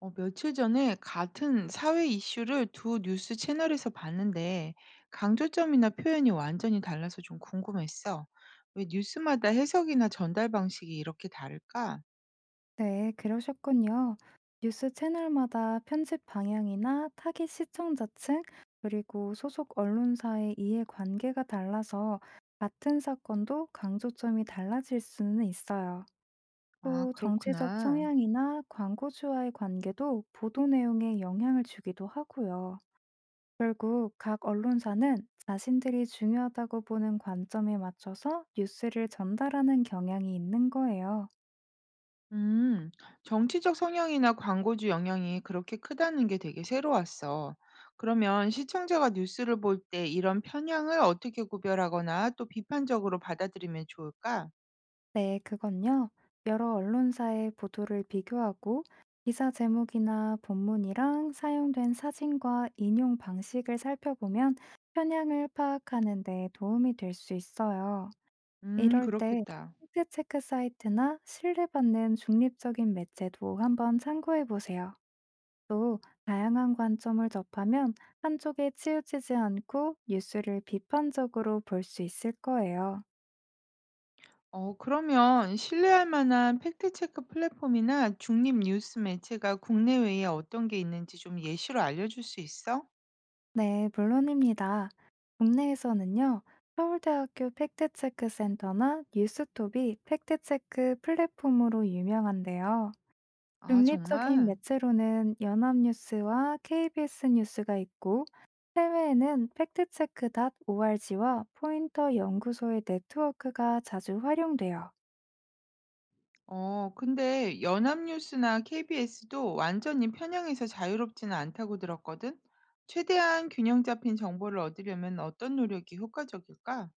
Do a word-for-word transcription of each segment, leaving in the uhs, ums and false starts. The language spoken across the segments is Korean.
어, 며칠 전에 같은 사회 이슈를 두 뉴스 채널에서 봤는데 강조점이나 표현이 완전히 달라서 좀 궁금했어. 왜 뉴스마다 해석이나 전달 방식이 이렇게 다를까? 네, 그러셨군요. 뉴스 채널마다 편집 방향이나 타깃 시청자층, 그리고 소속 언론사의 이해관계가 달라서 같은 사건도 강조점이 달라질 수는 있어요. 아, 또 정치적 그렇구나. 성향이나 광고주와의 관계도 보도 내용에 영향을 주기도 하고요. 결국 각 언론사는 자신들이 중요하다고 보는 관점에 맞춰서 뉴스를 전달하는 경향이 있는 거예요. 음, 정치적 성향이나 광고주 영향이 그렇게 크다는 게 되게 새로웠어. 그러면 시청자가 뉴스를 볼 때 이런 편향을 어떻게 구별하거나 또 비판적으로 받아들이면 좋을까? 네, 그건요. 여러 언론사의 보도를 비교하고 기사 제목이나 본문이랑 사용된 사진과 인용 방식을 살펴보면 편향을 파악하는 데 도움이 될 수 있어요. 음, 이럴 때 그렇겠다. 팩트체크 사이트나 신뢰받는 중립적인 매체도 한번 참고해 보세요. 또 다양한 관점을 접하면 한쪽에 치우치지 않고 뉴스를 비판적으로 볼 수 있을 거예요. 어, 그러면 신뢰할 만한 팩트체크 플랫폼이나 중립 뉴스 매체가 국내외에 어떤 게 있는지 좀 예시로 알려줄 수 있어? 네, 물론입니다. 국내에서는요, 서울대학교 팩트체크 센터나 뉴스톱이 팩트체크 플랫폼으로 유명한데요. 아, 중립적인 정말? 매체로는 연합뉴스와 케이비에스 뉴스가 있고, 해외에는 팩트체크.org와 포인터 연구소의 네트워크가 자주 활용돼요. 어, 근데 연합뉴스나 케이비에스도 완전히 편향해서 자유롭지는 않다고 들었거든? 최대한 균형 잡힌 정보를 얻으려면 어떤 노력이 효과적일까?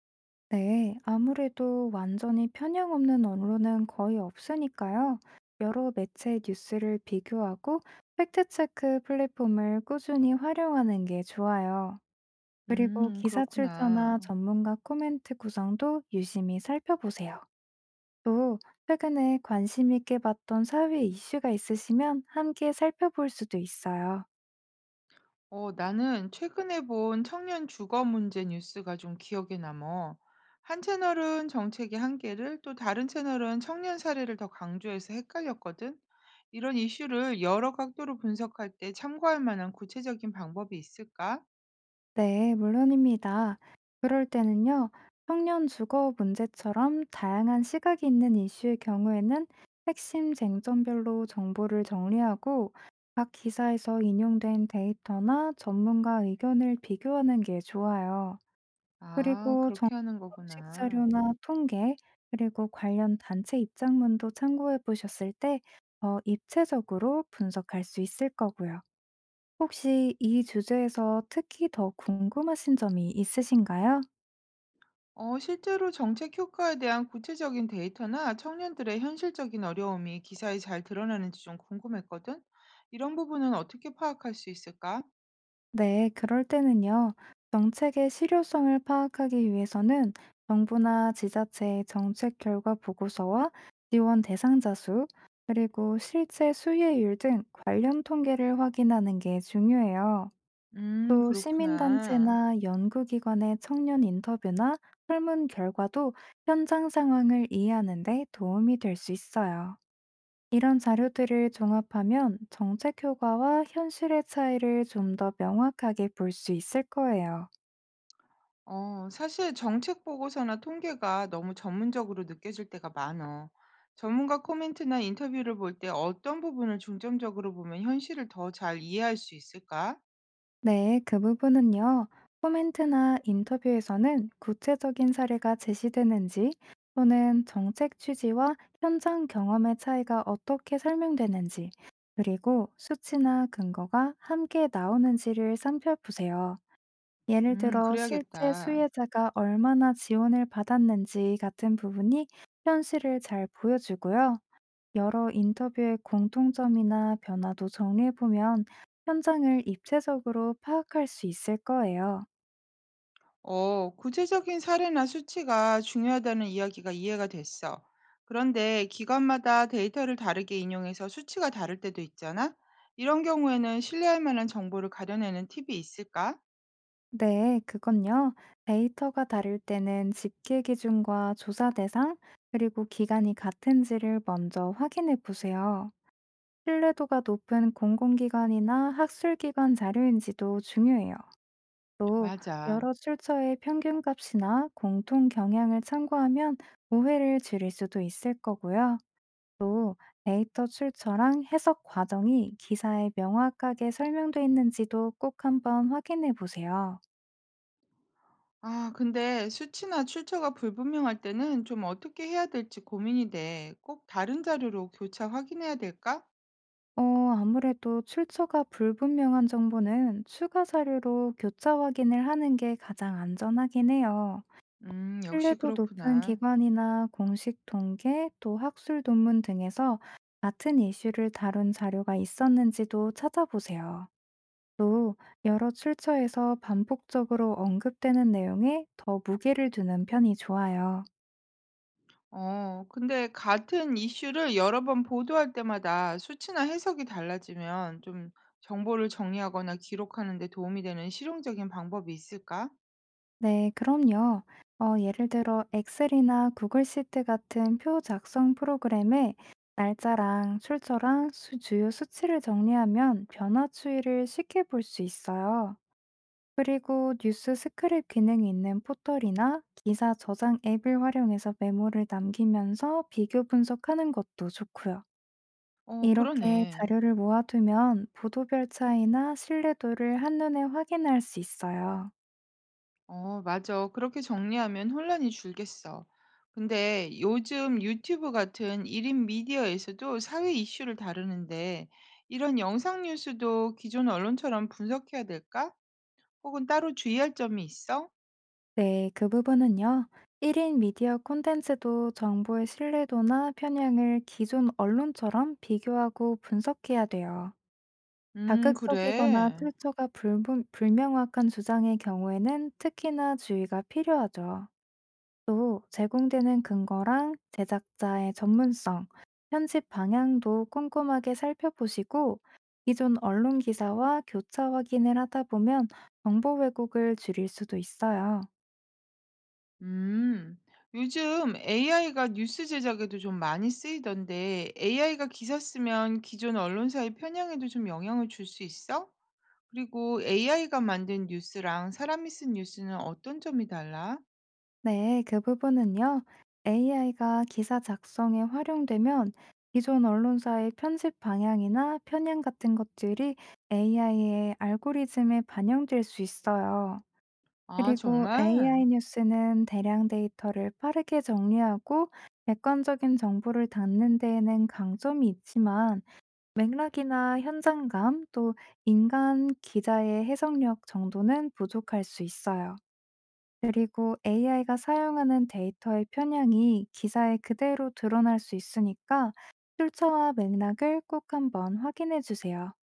네, 아무래도 완전히 편향 없는 언론은 거의 없으니까요. 여러 매체 뉴스를 비교하고 팩트체크 플랫폼을 꾸준히 활용하는 게 좋아요. 그리고 음, 기사 그렇구나. 출처나 전문가 코멘트 구성도 유심히 살펴보세요. 또, 최근에 관심 있게 봤던 사회 이슈가 있으시면 함께 살펴볼 수도 있어요. 어, 나는 최근에 본 청년 주거 문제 뉴스가 좀 기억에 남어. 한 채널은 정책의 한계를, 또 다른 채널은 청년 사례를 더 강조해서 헷갈렸거든. 이런 이슈를 여러 각도로 분석할 때 참고할 만한 구체적인 방법이 있을까? 네, 물론입니다. 그럴 때는요, 청년 주거 문제처럼 다양한 시각이 있는 이슈의 경우에는 핵심 쟁점별로 정보를 정리하고 각 기사에서 인용된 데이터나 전문가 의견을 비교하는 게 좋아요. 아, 그리고 정- 그렇게 하는 공식 거구나. 자료나 통계, 그리고 관련 단체 입장문도 참고해 보셨을 때 더 입체적으로 분석할 수 있을 거고요. 혹시 이 주제에서 특히 더 궁금하신 점이 있으신가요? 어, 실제로 정책 효과에 대한 구체적인 데이터나 청년들의 현실적인 어려움이 기사에 잘 드러나는지 좀 궁금했거든. 이런 부분은 어떻게 파악할 수 있을까? 네, 그럴 때는요. 정책의 실효성을 파악하기 위해서는 정부나 지자체의 정책 결과 보고서와 지원 대상자 수, 그리고 실제 수혜율 등 관련 통계를 확인하는 게 중요해요. 음, 또 그렇구나. 시민단체나 연구기관의 청년 인터뷰나 설문 결과도 현장 상황을 이해하는 데 도움이 될 수 있어요. 이런 자료들을 종합하면 정책 효과와 현실의 차이를 좀 더 명확하게 볼 수 있을 거예요. 어, 사실 정책 보고서나 통계가 너무 전문적으로 느껴질 때가 많어. 전문가 코멘트나 인터뷰를 볼 때 어떤 부분을 중점적으로 보면 현실을 더 잘 이해할 수 있을까? 네, 그 부분은요. 코멘트나 인터뷰에서는 구체적인 사례가 제시되는지 또는 정책 취지와 현장 경험의 차이가 어떻게 설명되는지 그리고 수치나 근거가 함께 나오는지를 살펴보세요. 예를 음, 들어 실제 그래야겠다. 수혜자가 얼마나 지원을 받았는지 같은 부분이 현실을 잘 보여주고요. 여러 인터뷰의 공통점이나 변화도 정리해보면 현장을 입체적으로 파악할 수 있을 거예요. 어, 구체적인 사례나 수치가 중요하다는 이야기가 이해가 됐어. 그런데 기관마다 데이터를 다르게 인용해서 수치가 다를 때도 있잖아? 이런 경우에는 신뢰할 만한 정보를 가려내는 팁이 있을까? 네, 그건요. 데이터가 다를 때는 집계 기준과 조사 대상, 그리고 기간이 같은지를 먼저 확인해 보세요. 신뢰도가 높은 공공기관이나 학술기관 자료인지도 중요해요. 또 맞아. 여러 출처의 평균값이나 공통 경향을 참고하면 오해를 줄일 수도 있을 거고요. 또 데이터 출처랑 해석 과정이 기사에 명확하게 설명돼 있는지도 꼭 한번 확인해 보세요. 아, 근데 수치나 출처가 불분명할 때는 좀 어떻게 해야 될지 고민이 돼. 꼭 다른 자료로 교차 확인해야 될까? 어, 아무래도 출처가 불분명한 정보는 추가 자료로 교차 확인을 하는 게 가장 안전하긴 해요. 음, 역시 신뢰도 높은 그렇구나. 기관이나 공식 통계 또 학술 논문 등에서 같은 이슈를 다룬 자료가 있었는지도 찾아보세요. 또 여러 출처에서 반복적으로 언급되는 내용에 더 무게를 두는 편이 좋아요. 어, 근데 같은 이슈를 여러 번 보도할 때마다 수치나 해석이 달라지면 좀 정보를 정리하거나 기록하는 데 도움이 되는 실용적인 방법이 있을까? 네, 그럼요. 어, 예를 들어 엑셀이나 구글 시트 같은 표 작성 프로그램에 날짜랑 출처랑 수- 주요 수치를 정리하면 변화 추이를 쉽게 볼 수 있어요. 그리고 뉴스 스크랩 기능이 있는 포털이나 기사 저장 앱을 활용해서 메모를 남기면서 비교 분석하는 것도 좋고요. 어, 이렇게 그러네. 자료를 모아두면 보도별 차이나 신뢰도를 한눈에 확인할 수 있어요. 어, 맞아. 그렇게 정리하면 혼란이 줄겠어. 근데 요즘 유튜브 같은 일 인 미디어에서도 사회 이슈를 다루는데 이런 영상 뉴스도 기존 언론처럼 분석해야 될까? 혹은 따로 주의할 점이 있어? 네, 그 부분은요. 일 인 미디어 콘텐츠도 정보의 신뢰도나 편향을 기존 언론처럼 비교하고 분석해야 돼요. 음, 자극적이거나 그래. 출처가 불분- 불명확한 주장의 경우에는 특히나 주의가 필요하죠. 또 제공되는 근거랑 제작자의 전문성, 편집 방향도 꼼꼼하게 살펴보시고 기존 언론 기사와 교차 확인을 하다 보면 정보 왜곡을 줄일 수도 있어요. 음. 요즘 에이아이가 뉴스 제작에도 좀 많이 쓰이던데 에이아이가 기사 쓰면 기존 언론사의 편향에도 좀 영향을 줄 수 있어? 그리고 에이아이가 만든 뉴스랑 사람이 쓴 뉴스는 어떤 점이 달라? 네, 그 부분은요. 에이아이가 기사 작성에 활용되면 기존 언론사의 편집 방향이나 편향 같은 것들이 에이아이의 알고리즘에 반영될 수 있어요. 아, 그리고 정말? 에이아이 뉴스는 대량 데이터를 빠르게 정리하고 객관적인 정보를 담는 데에는 강점이 있지만 맥락이나 현장감 또 인간 기자의 해석력 정도는 부족할 수 있어요. 그리고 에이아이가 사용하는 데이터의 편향이 기사에 그대로 드러날 수 있으니까 출처와 맥락을 꼭 한번 확인해 주세요.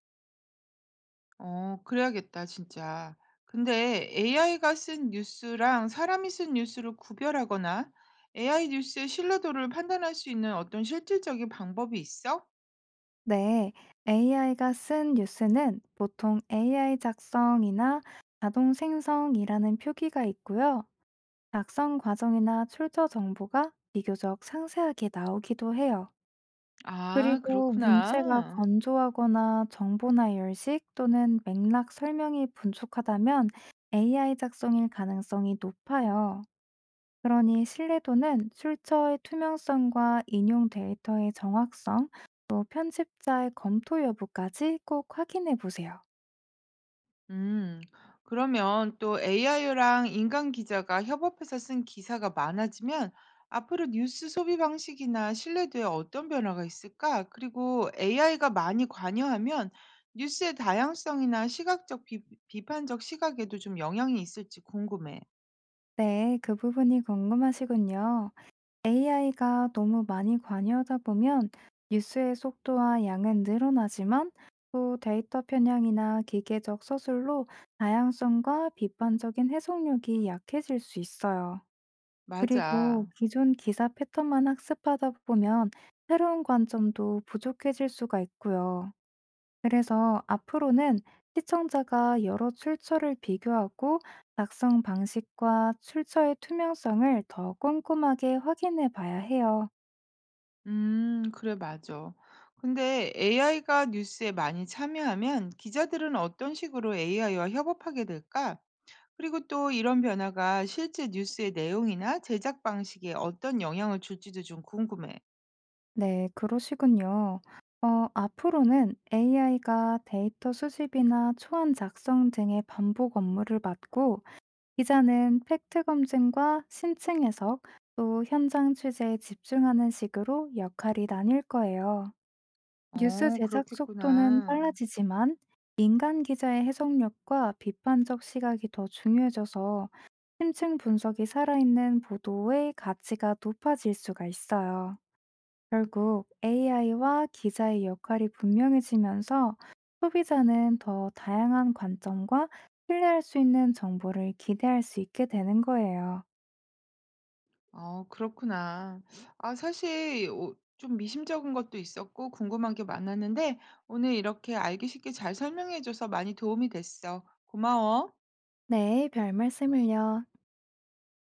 어, 그래야겠다, 진짜. 근데 에이아이가 쓴 뉴스랑 사람이 쓴 뉴스를 구별하거나 에이아이 뉴스의 신뢰도를 판단할 수 있는 어떤 실질적인 방법이 있어? 네, 에이아이가 쓴 뉴스는 보통 에이아이 작성이나 자동 생성이라는 표기가 있고요. 작성 과정이나 출처 정보가 비교적 상세하게 나오기도 해요. 아, 그리고 문체가 그렇구나. 건조하거나 정보나 열식 또는 맥락 설명이 분촉하다면 에이아이 작성일 가능성이 높아요. 그러니 신뢰도는 출처의 투명성과 인용 데이터의 정확성, 또 편집자의 검토 여부까지 꼭 확인해 보세요. 음, 그러면 또 에이아이랑 인간 기자가 협업해서 쓴 기사가 많아지면 앞으로 뉴스 소비 방식이나 신뢰도에 어떤 변화가 있을까? 그리고 에이아이가 많이 관여하면 뉴스의 다양성이나 시각적 비, 비판적 시각에도 좀 영향이 있을지 궁금해. 네, 그 부분이 궁금하시군요. 에이아이가 너무 많이 관여하다 보면 뉴스의 속도와 양은 늘어나지만 또 데이터 편향이나 기계적 서술로 다양성과 비판적인 해석력이 약해질 수 있어요. 그리고 맞아. 기존 기사 패턴만 학습하다 보면 새로운 관점도 부족해질 수가 있고요. 그래서 앞으로는 시청자가 여러 출처를 비교하고 작성 방식과 출처의 투명성을 더 꼼꼼하게 확인해 봐야 해요. 음, 그래, 맞아. 근데 에이아이가 뉴스에 많이 참여하면 기자들은 어떤 식으로 에이아이와 협업하게 될까? 그리고 또 이런 변화가 실제 뉴스의 내용이나 제작 방식에 어떤 영향을 줄지도 좀 궁금해. 네, 그러시군요. 어, 앞으로는 에이아이가 데이터 수집이나 초안 작성 등의 반복 업무를 맡고, 기자는 팩트 검증과 심층 해석, 또 현장 취재에 집중하는 식으로 역할이 나뉠 거예요. 뉴스 어, 제작 속도는 그렇겠구나. 빨라지지만, 인간 기자의 해석력과 비판적 시각이 더 중요해져서 심층 분석이 살아있는 보도의 가치가 높아질 수가 있어요. 결국 에이아이와 기자의 역할이 분명해지면서 소비자는 더 다양한 관점과 신뢰할 수 있는 정보를 기대할 수 있게 되는 거예요. 어, 그렇구나. 아, 사실 어, 좀 미심쩍은 것도 있었고 궁금한 게 많았는데 오늘 이렇게 알기 쉽게 잘 설명해줘서 많이 도움이 됐어. 고마워. 네, 별 말씀을요.